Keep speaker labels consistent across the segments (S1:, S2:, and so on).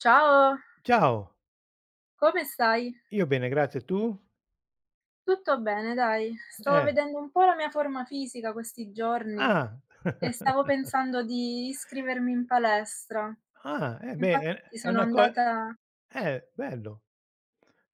S1: Ciao,
S2: Ciao,
S1: come stai?
S2: io bene grazie, tu?
S1: Tutto bene, dai. Stavo
S2: Eh,
S1: vedendo un po' la mia forma fisica questi giorni
S2: ah,
S1: e stavo pensando di iscrivermi in palestra.
S2: eh beh, è
S1: Infatti
S2: è
S1: sono
S2: una co
S1: andata,
S2: bello.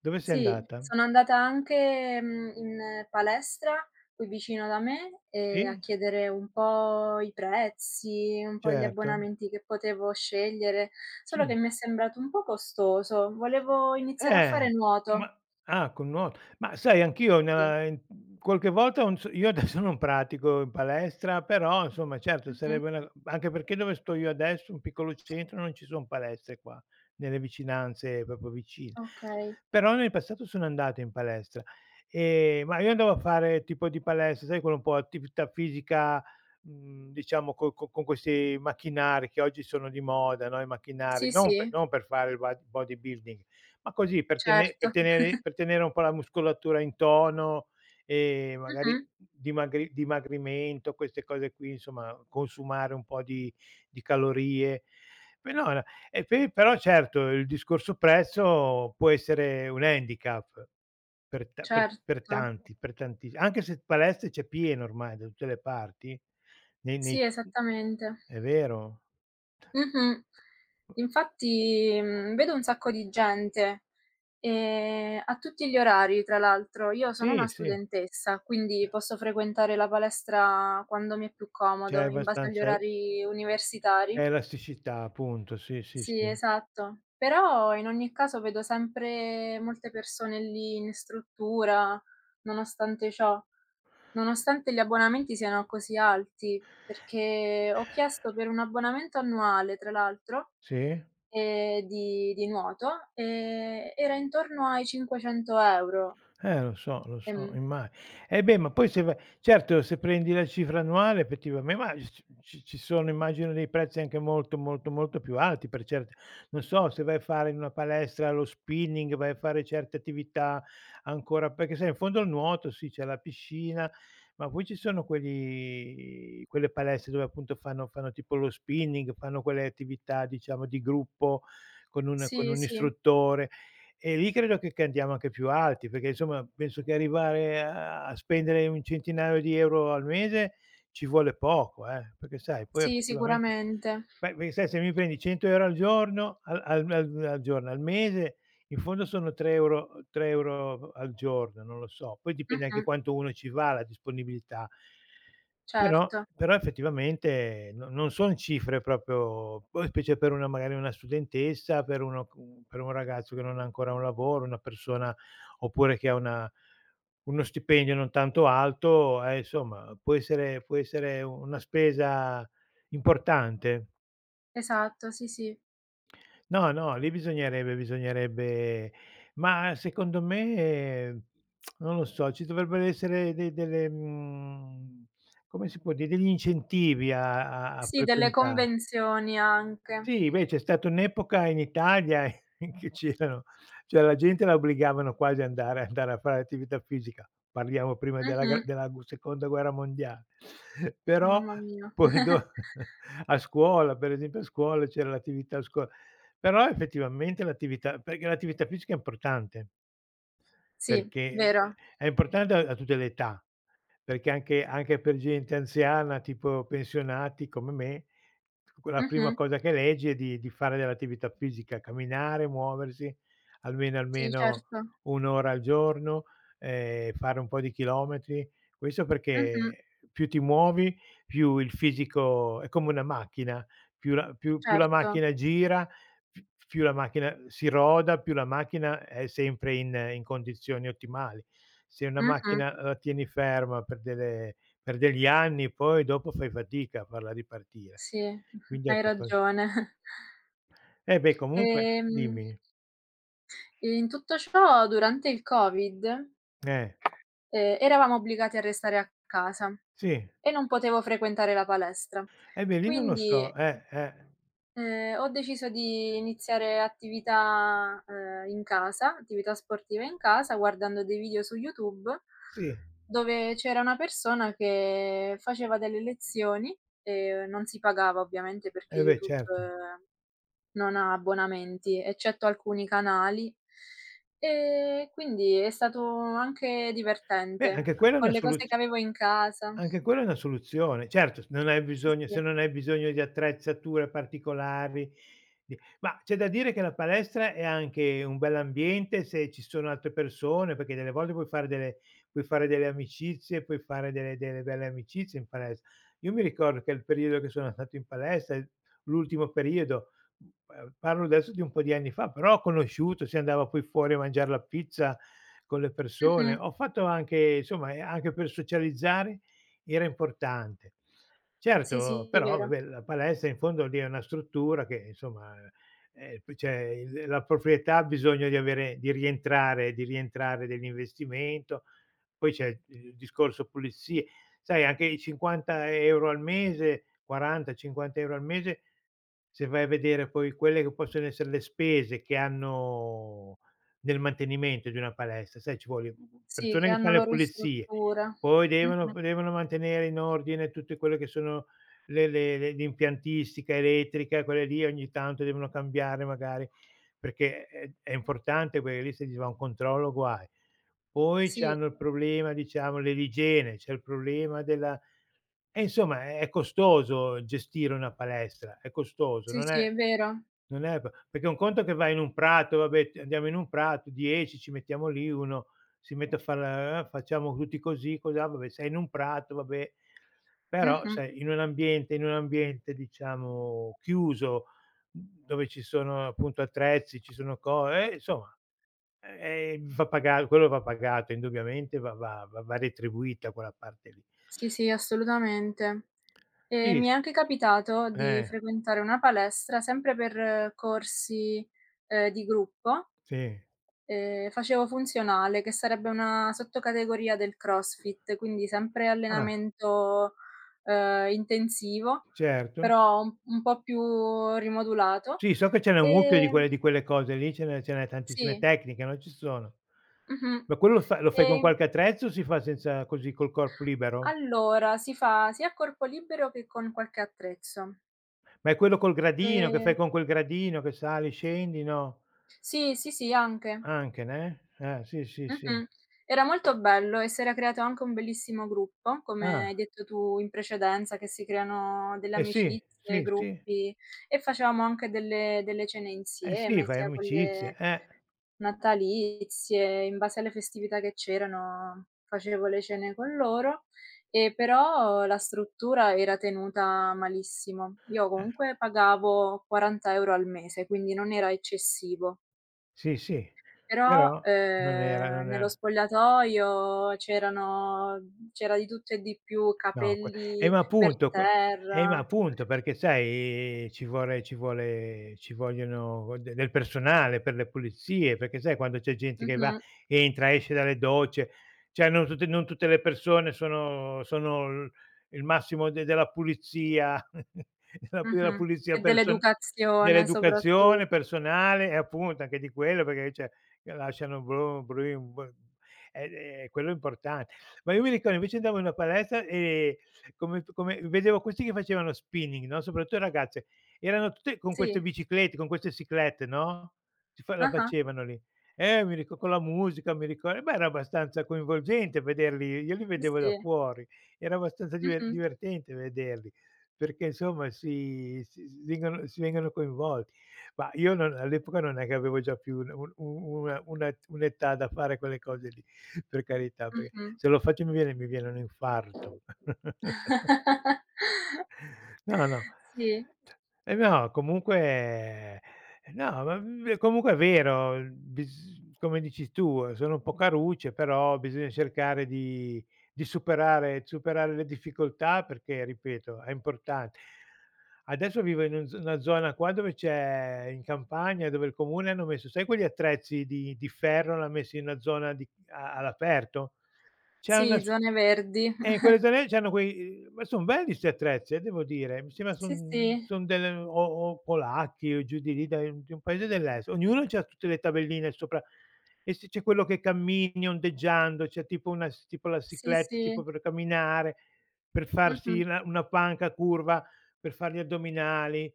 S2: Dove sei
S1: sì,
S2: andata?
S1: sono andata anche, in palestra qui vicino da me, a
S2: Sì?
S1: chiedere un po' i prezzi, un po' gli
S2: Certo,
S1: abbonamenti che potevo scegliere, solo che
S2: sì.
S1: mi è sembrato un po' costoso. Volevo iniziare a fare
S2: Eh,
S1: nuoto.
S2: ma ah, con nuoto. Ma sai anch'io
S1: Sì.
S2: na in qualche volta non so, io adesso non pratico in palestra, però insomma certo
S1: Mh-mh.
S2: sarebbe una, anche perché dove sto io adesso, un piccolo centro, non ci son palestre qua, nelle vicinanze proprio vicine.
S1: Okay.
S2: Però nel passato sono andato in palestra, ma io andavo a fare tipo di palestra, sai, quello un po' attività fisica, diciamo co co con questi macchinari che oggi sono di moda, no, i macchinari,
S1: Sì,
S2: non per
S1: sì,
S2: fare il ba bodybuilding, ma così per
S1: certo.
S2: tenere un po' la muscolatura in tono,
S1: Mh-mh.
S2: magari dimagrimento, queste cose qui, insomma, consumare un po' di calorie. Pe No, no, e pe però certo il discorso prezzo può essere un handicap per ta per
S1: Certo.
S2: tanti, per tanti, anche se palestre c'è pieno ormai da tutte le parti, nei
S1: Sì,
S2: nei
S1: esattamente.
S2: è vero.
S1: Mh-mh. Infatti, vedo un sacco di gente, a tutti gli orari tra l'altro. Io sono
S2: Sì,
S1: una
S2: sì,
S1: studentessa, quindi posso frequentare la palestra quando mi è più
S2: c'è
S1: comodo, in base agli
S2: abbastanza,
S1: orari
S2: c'è
S1: universitari.
S2: elasticità, appunto. Sì, sì,
S1: Sì,
S2: sì.
S1: esatto. Però in ogni caso vedo sempre molte persone lì in struttura, nonostante ciò. Nonostante gli abbonamenti siano così alti, perché ho chiesto per un abbonamento annuale, tra l'altro,
S2: Sì?
S1: di nuoto, era intorno ai 500 €.
S2: Lo so,
S1: Ehm,
S2: imma eh beh, ma poi se va, certo, se prendi la cifra annuale effettivamen ma c ci ci sono, immagino, dei prezzi anche molto, molto, molto più alti per certe, non so, se vai a fare in una palestra lo spinning, vai a fare certe attività ancora, perché sai in fondo al nuoto, sì, c'è la piscina, ma poi ci sono quelli, quelle palestre dove appunto fanno tipo lo spinning, fanno quelle attività, diciamo di gruppo, con
S1: sì,
S2: un
S1: sì,
S2: istruttore. E lì credo che andiamo anche più alti, perché insomma penso che arrivare a spendere un centinaio di euro al mese ci vuole poco, perché sai poi
S1: sì,
S2: effettivamente,
S1: sicuramente.
S2: beh, perché sai se mi prendi 100 € al giorno, al al al al giorno, al mese, in fondo sono 3 € 3 € al giorno, non lo so. Poi dipende anche
S1: Mh-mh,
S2: quanto uno ci va, la disponibilità. Però,
S1: certo,
S2: effettivamente no, non son cifre proprio, poi specie per una, magari una studentessa, per uno cu per un ragazzo che non ha ancora un lavoro, una persona, oppure che ha una, uno stipendio non tanto alto, insomma può essere, una spesa importante.
S1: esatto, sì, sì.
S2: No, no, lì bisognerebbe, ma secondo me, non lo so, ci dovrebbero essere de delle, come si può dire, degli incentivi a a a
S1: Sì, delle
S2: frequenta
S1: convenzioni anche.
S2: sì, beh, c'è stata un'epoca in Italia in che c'erano, cioè la gente la obbligavano quasi a andare a fare attività fisica, parliamo prima
S1: Mh-mh.
S2: della gu seconda guerra mondiale. Però
S1: Mamma mia.
S2: poi do a scuola, per esempio, a scuola c'era l'attività a scuola, però effettivamente l'attività, perché l'attività fisica è importante.
S1: Sì,
S2: Perché,
S1: vero.
S2: è importante a tutte le età, perché anche, anche per gente anziana, tipo pensionati come me, q la prima
S1: Mh-mh.
S2: cosa che leggi è di fare dell'attività fisica, camminare, muoversi almeno,
S1: Sì, certo.
S2: 1 ora al giorno, fare un po' di chilometri. Questo
S1: Mh-mh.
S2: perché più ti muovi, più il fisico è come una macchina, più la
S1: Certo.
S2: macchina gira, P più la macchina si roda, più la macchina è sempre in condizioni ottimali. Se una
S1: Mh-mh.
S2: macchina la tieni ferma per delle, per degli anni, poi dopo fai fatica a farla ripartire.
S1: Sì,
S2: Quindi
S1: hai
S2: anche que
S1: ragione.
S2: eh beh, comunque
S1: Ehm,
S2: dimmi.
S1: In tutto ciò durante il Covid,
S2: Eh,
S1: eravamo obbligati a restare a casa
S2: sì.
S1: e non potevo frequentare la palestra.
S2: Eh beh, lì non lo
S1: Quindi
S2: so. Eh.
S1: Ho deciso di iniziare attività, in casa, attività sportive in casa, guardando dei video su YouTube,
S2: Sì,
S1: dove c'era una persona che faceva delle lezioni, non si pagava ovviamente perché
S2: eh beh,
S1: YouTube
S2: certo.
S1: non ha abbonamenti, eccetto alcuni canali, e quindi è stato anche
S2: Beh,
S1: divertente,
S2: anche quella è
S1: con
S2: una
S1: le cose
S2: soluz
S1: che avevo in casa.
S2: anche quella è una soluzione. Certo, se non hai
S1: Sì,
S2: bisogno,
S1: sì.
S2: di attrezzature particolari, di ma c'è da dire che la palestra è anche un bell'ambiente se ci sono altre persone, perché delle volte puoi fare delle amicizie, puoi fare delle, belle amicizie in palestra. Io mi ricordo che il periodo che sono stato in palestra, il l'ultimo periodo, parlo adesso di un po' di anni fa, però ho conosciuto, si andava poi fuori a mangiar la pizza con le persone.
S1: Mh-mh.
S2: Ho fatto anche, insomma, anche per socializzare era importante.
S1: Sì,
S2: Certo,
S1: sì,
S2: però
S1: vero.
S2: vabbè, la palestra in fondo lì è una struttura che, insomma, p cioè il la proprietà ha bisogno di avere, di rientrare dell'investimento, poi c'è il discorso pulizie. Sai, anche i 50 € al mese, 40, 50 € al mese, se vai a vedere poi quelle che possono essere le spese che hanno nel mantenimento di una palestra, sai, ci vuole,
S1: Sì,
S2: persone
S1: che
S2: che fan
S1: hanno
S2: le
S1: loro
S2: pulizie,
S1: strutture.
S2: poi devono,
S1: Mh-mh.
S2: p devono mantenere in ordine tutte quelle che sono le, le l'impiantistica elettrica, quelle lì ogni tanto devono cambiare magari, perché è importante, perché lì se gli va un controllo, guai. Poi
S1: Sì,
S2: c'hanno il problema, diciamo, dell'igiene, c'è il problema della, e insomma, è costoso gestire una palestra, è costoso,
S1: sì,
S2: non
S1: sì,
S2: è,
S1: è vero.
S2: p perché un conto è che vai in un prato, vabbè, t andiamo in un prato, 10 ci mettiamo lì, uno si mette a far facciamo tutti così, cosà, vabbè, sei in un prato, vabbè, però
S1: Mh-mh.
S2: sai, in un ambiente, diciamo chiuso, dove ci sono appunto attrezzi, ci sono, co insomma, va pagato, indubbiamente va, retribuita quella parte lì.
S1: Sì, sì, assolutamente. E
S2: Sì,
S1: mi
S2: s
S1: è anche capitato di
S2: eh,
S1: frequentare una palestra sempre per corsi, di gruppo,
S2: sì.
S1: facevo funzionale, che sarebbe una sottocategoria del CrossFit, quindi sempre
S2: Ah,
S1: allenamento, intensivo,
S2: certo.
S1: però un po' più rimodulato.
S2: Sì, so che ce n'è un mucchio di
S1: Ehm
S2: quelle, cose lì, ce n'è, tantissime
S1: sì,
S2: tecniche, no, ci sono.
S1: mh-mh.
S2: Ma quello lo
S1: E
S2: fai con qualche attrezzo, o si fa senza, così, col corpo libero?
S1: Allora, si fa sia a corpo libero che con qualche attrezzo.
S2: Ma è quello col gradino, che fai
S1: Ehm,
S2: con quel gradino che sali, scendi, no?
S1: sì, sì, sì, anche.
S2: Anche, ne? Sì, sì, sì.
S1: Mh-mh. Era molto bello e si era creato anche un bellissimo gruppo, come
S2: Ah,
S1: hai detto tu in precedenza, che si creano delle
S2: eh sì,
S1: amicizie,
S2: sì, sì.
S1: gruppi e facevamo anche delle cene
S2: Eh sì,
S1: insieme,
S2: fai
S1: sia con
S2: amicizie,
S1: le
S2: eh.
S1: natalizie, in base alle festività che c'erano facevo le cene con loro, e però la struttura era tenuta malissimo. Io
S2: Eh,
S1: comunque pagavo 40 € al mese, quindi non era eccessivo.
S2: sì, sì.
S1: Però,
S2: Però non era,
S1: nello spogliatoio c'era di tutto e di più,
S2: no, que
S1: capelli
S2: ma
S1: per
S2: appunto, que ma
S1: terra.
S2: appunto, perché sai, ci vogliono de del personale per le pulizie, perché sai, quando c'è gente che va,
S1: Mh-mh,
S2: entra, esce dalle docce, cioè non tutte, le persone sono, l il massimo de della pulizia della,
S1: mh-mh.
S2: pulizia
S1: E
S2: person
S1: dell'educazione soprattu
S2: dell'educazione personale, e appunto anche di quello, perché cioè lasciano bru brui b quello è importan ma io mi ricordo, invece, andavo in una palestra e come, f come vedevo questi che facevano spinning, no, soprattutto le ragazze, erano tutte con queste
S1: sì.
S2: biciclette, con queste cyclette, no, si fa la
S1: Ah-ah,
S2: facevano lì. Mi rico con la musica, mi ricor beh, era abbastanza coinvolgente vederli, io li
S1: sì,
S2: vedevo da
S1: sì.
S2: fuori, era abbastanza
S1: Mh-mh,
S2: divertente vederli, perché insomma si vengono coinvolti. Ma io non, all'epoca non è che avevo già più un una un'età da fare quelle cose lì. Per carità, perché
S1: mh-mh.
S2: se lo faccio mi viene, un infarto. No, no.
S1: Sì,
S2: E no, comunque, no, ma v comunque è vero, bis come dici tu, sono un po' carucce, però bisogna cercare di, superare, le difficoltà perché, ripeto, è importante. Adesso vivo in un, z una zona qua dove c'è, in campagna, dove il comune hanno messo, sai, quegli attrezzi di, ferro, l'ha messo in una zona di, a all'aperto? C'è una,
S1: sì,
S2: s
S1: zone verdi.
S2: in quelle zone c'hanno quei, ma son belli 'sti attrezzi, devo dire. Mi sembra
S1: Sì,
S2: son,
S1: sì,
S2: delle, o, polacchi o giù di lì, da, di un paese dell'est. Ognuno c'ha tutte le tabelline sopra, e se c'è quello che cammini ondeggiando, c'è tipo una, s tipo la
S1: sì,
S2: cyclette, tipo
S1: sì.
S2: per camminare, per farsi
S1: Mh-mh.
S2: una, panca curva, per far gli addominali.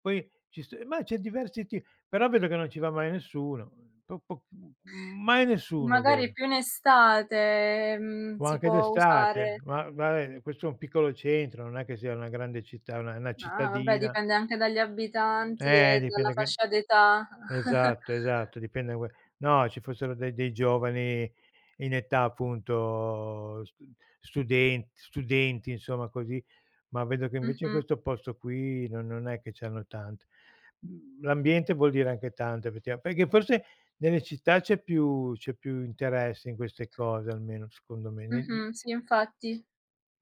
S2: Poi ci s, c'è diversi ti però vedo che non ci va mai nessuno. Po po mai nessuno,
S1: Magari
S2: vedo.
S1: più in estate,
S2: Ma
S1: si
S2: anche
S1: può
S2: d'estate,
S1: usare.
S2: ma vabbè, questo è un piccolo centro, non è che sia una grande città, una,
S1: Ah, vabbè
S2: cittadina.
S1: dipende anche dagli abitanti e dalla
S2: Dipende che,
S1: fascia d'età.
S2: esatto, esatto, dipende que, no, ci fossero dei, giovani in età appunto, studenti, insomma, così, ma vedo che invece in
S1: Mh-mh,
S2: questo posto qui non, è che ce n'hanno tanti. Mhmm, l'ambiente vuol dire anche tanto, effettiva, perché forse nelle città c'è più, interesse in queste cose, almeno secondo me, ne,
S1: mh-mh, sì infatti.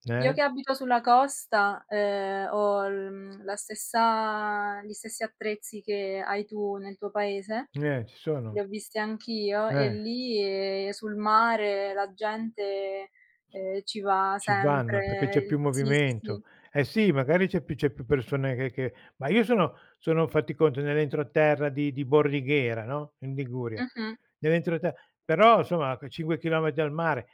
S1: Io
S2: eh?
S1: che abito sulla costa, ho l la stessa gli stessi attrezzi che hai tu nel tuo paese.
S2: Ci sono.
S1: Le ho viste anch'io e
S2: Eh.
S1: lì, sul mare la gente, ci va
S2: Ci vanno perché
S1: sempre.
S2: c'è più
S1: Il Sì, sì,
S2: movimento.
S1: sì.
S2: Eh sì, magari c'è più, persone che, ma io sono, fatti conto, nell'entroterra di Bordighera, no, in Liguria,
S1: Mh-mh,
S2: nell'entrote però insomma a 5 chilometri al mare.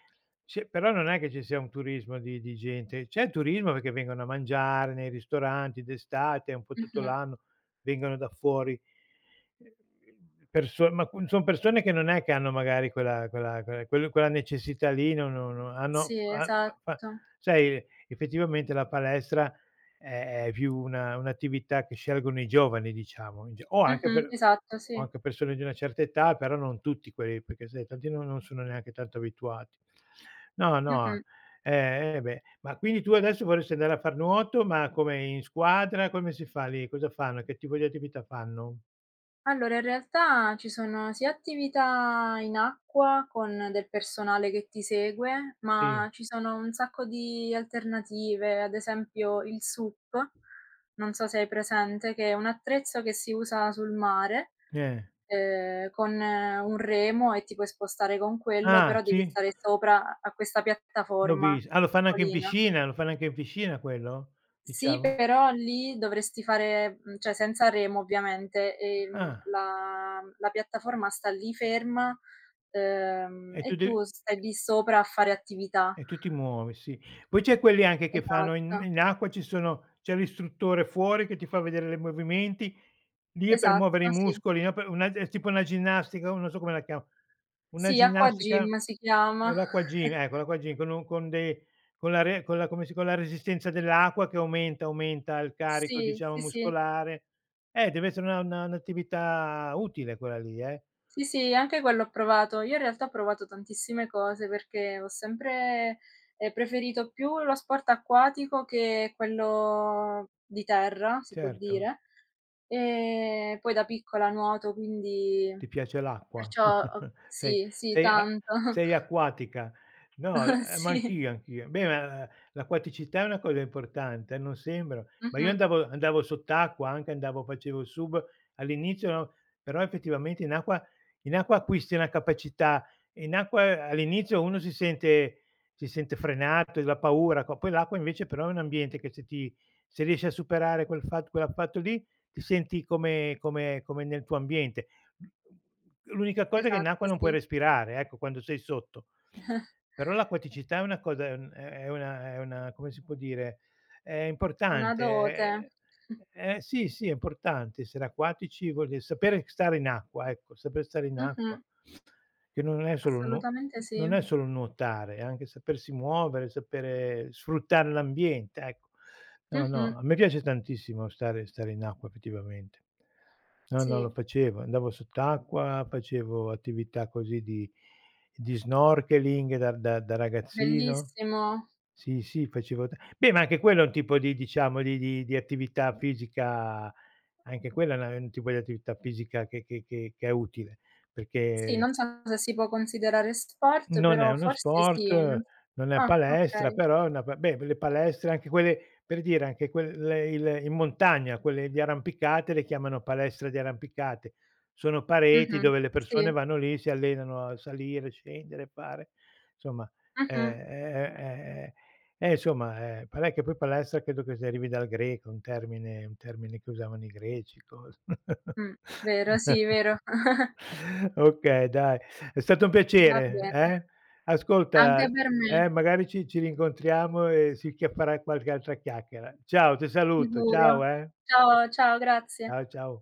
S2: C'è, però non è che ci sia un turismo di gente, c'è turismo perché vengono a mangiare nei ristoranti d'estate, un po' tutto
S1: mh-mh.
S2: l'anno, vengono da fuori, perso, ma qu son persone che non è che hanno, magari, quella necessità lì, no, no, no, hanno
S1: Sì,
S2: fa fa
S1: esatto.
S2: sai, effettivamente la palestra è, più una un'attività che scelgono i giovani, diciamo, in ge o anche
S1: Mh-mh,
S2: per,
S1: esatto,
S2: o
S1: sì.
S2: anche persone di una certa età, però non tutti quelli, perché sai tanti non, sono neanche tanto abituati. No, no,
S1: Mh-mh.
S2: eh beh. Ma quindi tu adesso vorresti andare a far nuoto, ma come in squadra? Come si fa lì? Cosa fanno? Che tipo di attività fanno?
S1: Allora, in realtà ci sono sia attività in acqua con del personale che ti segue,
S2: Sì,
S1: ma ci sono un sacco di alternative, ad esempio il SUP, non so se hai presente, che è un attrezzo che si usa sul mare.
S2: eh.
S1: Con un remo e ti puoi spostare con quello,
S2: Ah,
S1: però devi
S2: sì?
S1: stare sopra a questa
S2: L'ho
S1: piattaforma
S2: vis ah, lo fanno anche in
S1: piccolina.
S2: piscina? Lo fanno anche in piscina quello?
S1: Sì,
S2: Diciamo?
S1: però lì dovresti fare cioè senza remo ovviamente,
S2: Ah,
S1: la piattaforma sta lì ferma,
S2: e tu
S1: e
S2: devi,
S1: tu stai lì sopra a fare attività.
S2: e tu ti muovi, sì. Poi c'è quelli anche che fanno in,
S1: Esatto,
S2: acqua, ci sono, c'è l'istruttore fuori che ti fa vedere le movimenti, lì è per
S1: esatto,
S2: muovere i
S1: sì.
S2: muscoli, no, per una è tipo una ginnastica, o non so come la chiam una
S1: Sì, acqua gym
S2: ginnastica,
S1: si chiama.
S2: l'acqua gym, ecco, l'acqua gym, con un, con de con la, re con la, come si, con la resistenza dell'acqua che aumenta, aumenta il carico,
S1: Sì,
S2: diciamo,
S1: sì, sì.
S2: muscolare. Deve essere una, un'attività utile, quella lì,
S1: Sì, sì, anche quello ho provato. Io in realtà ho provato tantissime cose perché ho sempre, preferito più lo sport acquatico che quello di terra, si può
S2: certo.
S1: dire. Poi da piccola nuoto, quindi
S2: Ti piace l'acqua?
S1: perciò ho
S2: Sei,
S1: sì, sì,
S2: sei a
S1: tanto.
S2: sei acquatica. No, la, ma
S1: Sì.
S2: anch'io, anch'io. Beh, ma l'acquaticità è una cosa importante, non sembra. Ma io
S1: Mh-mh.
S2: andavo, sott'acqua anche, andavo, facevo il sub all'inizio, no, però effettivamente in acqua, acquisti una capacità, in acqua, all'inizio uno si sente, frenato, la paura, co poi l'acqua invece però è un ambiente che se ti, se riesci a superare quel fatto, quell'affatto lì, ti senti come, nel tuo ambiente. L'unica cosa è che in acqua
S1: Esatto,
S2: non puoi
S1: sì.
S2: respirare, ecco, quando sei sotto. Però l'acquaticità è una cosa, è un, è una, come si può dire, è
S1: È una dote.
S2: importante, è, eh sì, sì, è importante essere acquatici, vuol dire sapere stare in acqua, ecco, saper stare in acqua,
S1: Mh-mh.
S2: che non è solo nuo n
S1: Assolutamente sì.
S2: non è solo nuotare, è anche sapersi muovere, sapere sfruttare l'ambiente, ecco. No, no,
S1: Mh-mh.
S2: a me piace tantissimo stare, in acqua, effettivamente. No, no, lo
S1: Sì,
S2: facevo, andavo sott'acqua, facevo attività così di snorkeling da, da ragazzino?
S1: bellissimo.
S2: Sì, sì, facevo t beh, ma anche quello è un tipo di, diciamo, di, di attività fisica, anche quella è una, è un tipo di attività fisica che, che è utile,
S1: Sì,
S2: perché
S1: non so se si può considerare sport,
S2: non è
S1: però
S2: uno
S1: forse
S2: sport,
S1: sì, non
S2: non è
S1: ah,
S2: palestra,
S1: okay.
S2: però è una, pa beh, le palestre anche quelle, per dire, anche quelle il in montagna, quelle di arrampicate le chiamano palestra di arrampicate. Sono pareti
S1: Mh-mh.
S2: dove le
S1: Sì.
S2: persone vanno lì, si allenano a salire, scendere, fare, insomma,
S1: Mh-mh.
S2: è, è, insomma, parè che poi palestra credo che si derivi dal greco, un termine, che usavano i greci, cos
S1: Mh. Vero, sì, vero.
S2: Okay, dai, è stato un
S1: Va
S2: piacere,
S1: bene.
S2: eh. Ascolta,
S1: Anche per me,
S2: magari ci, rincontriamo e si chia farà qualche altra chiacchiera. Ciao, ti saluto. Ciao,
S1: sicuro.
S2: eh.
S1: Ciao, ciao, grazie.
S2: Ciao, ciao.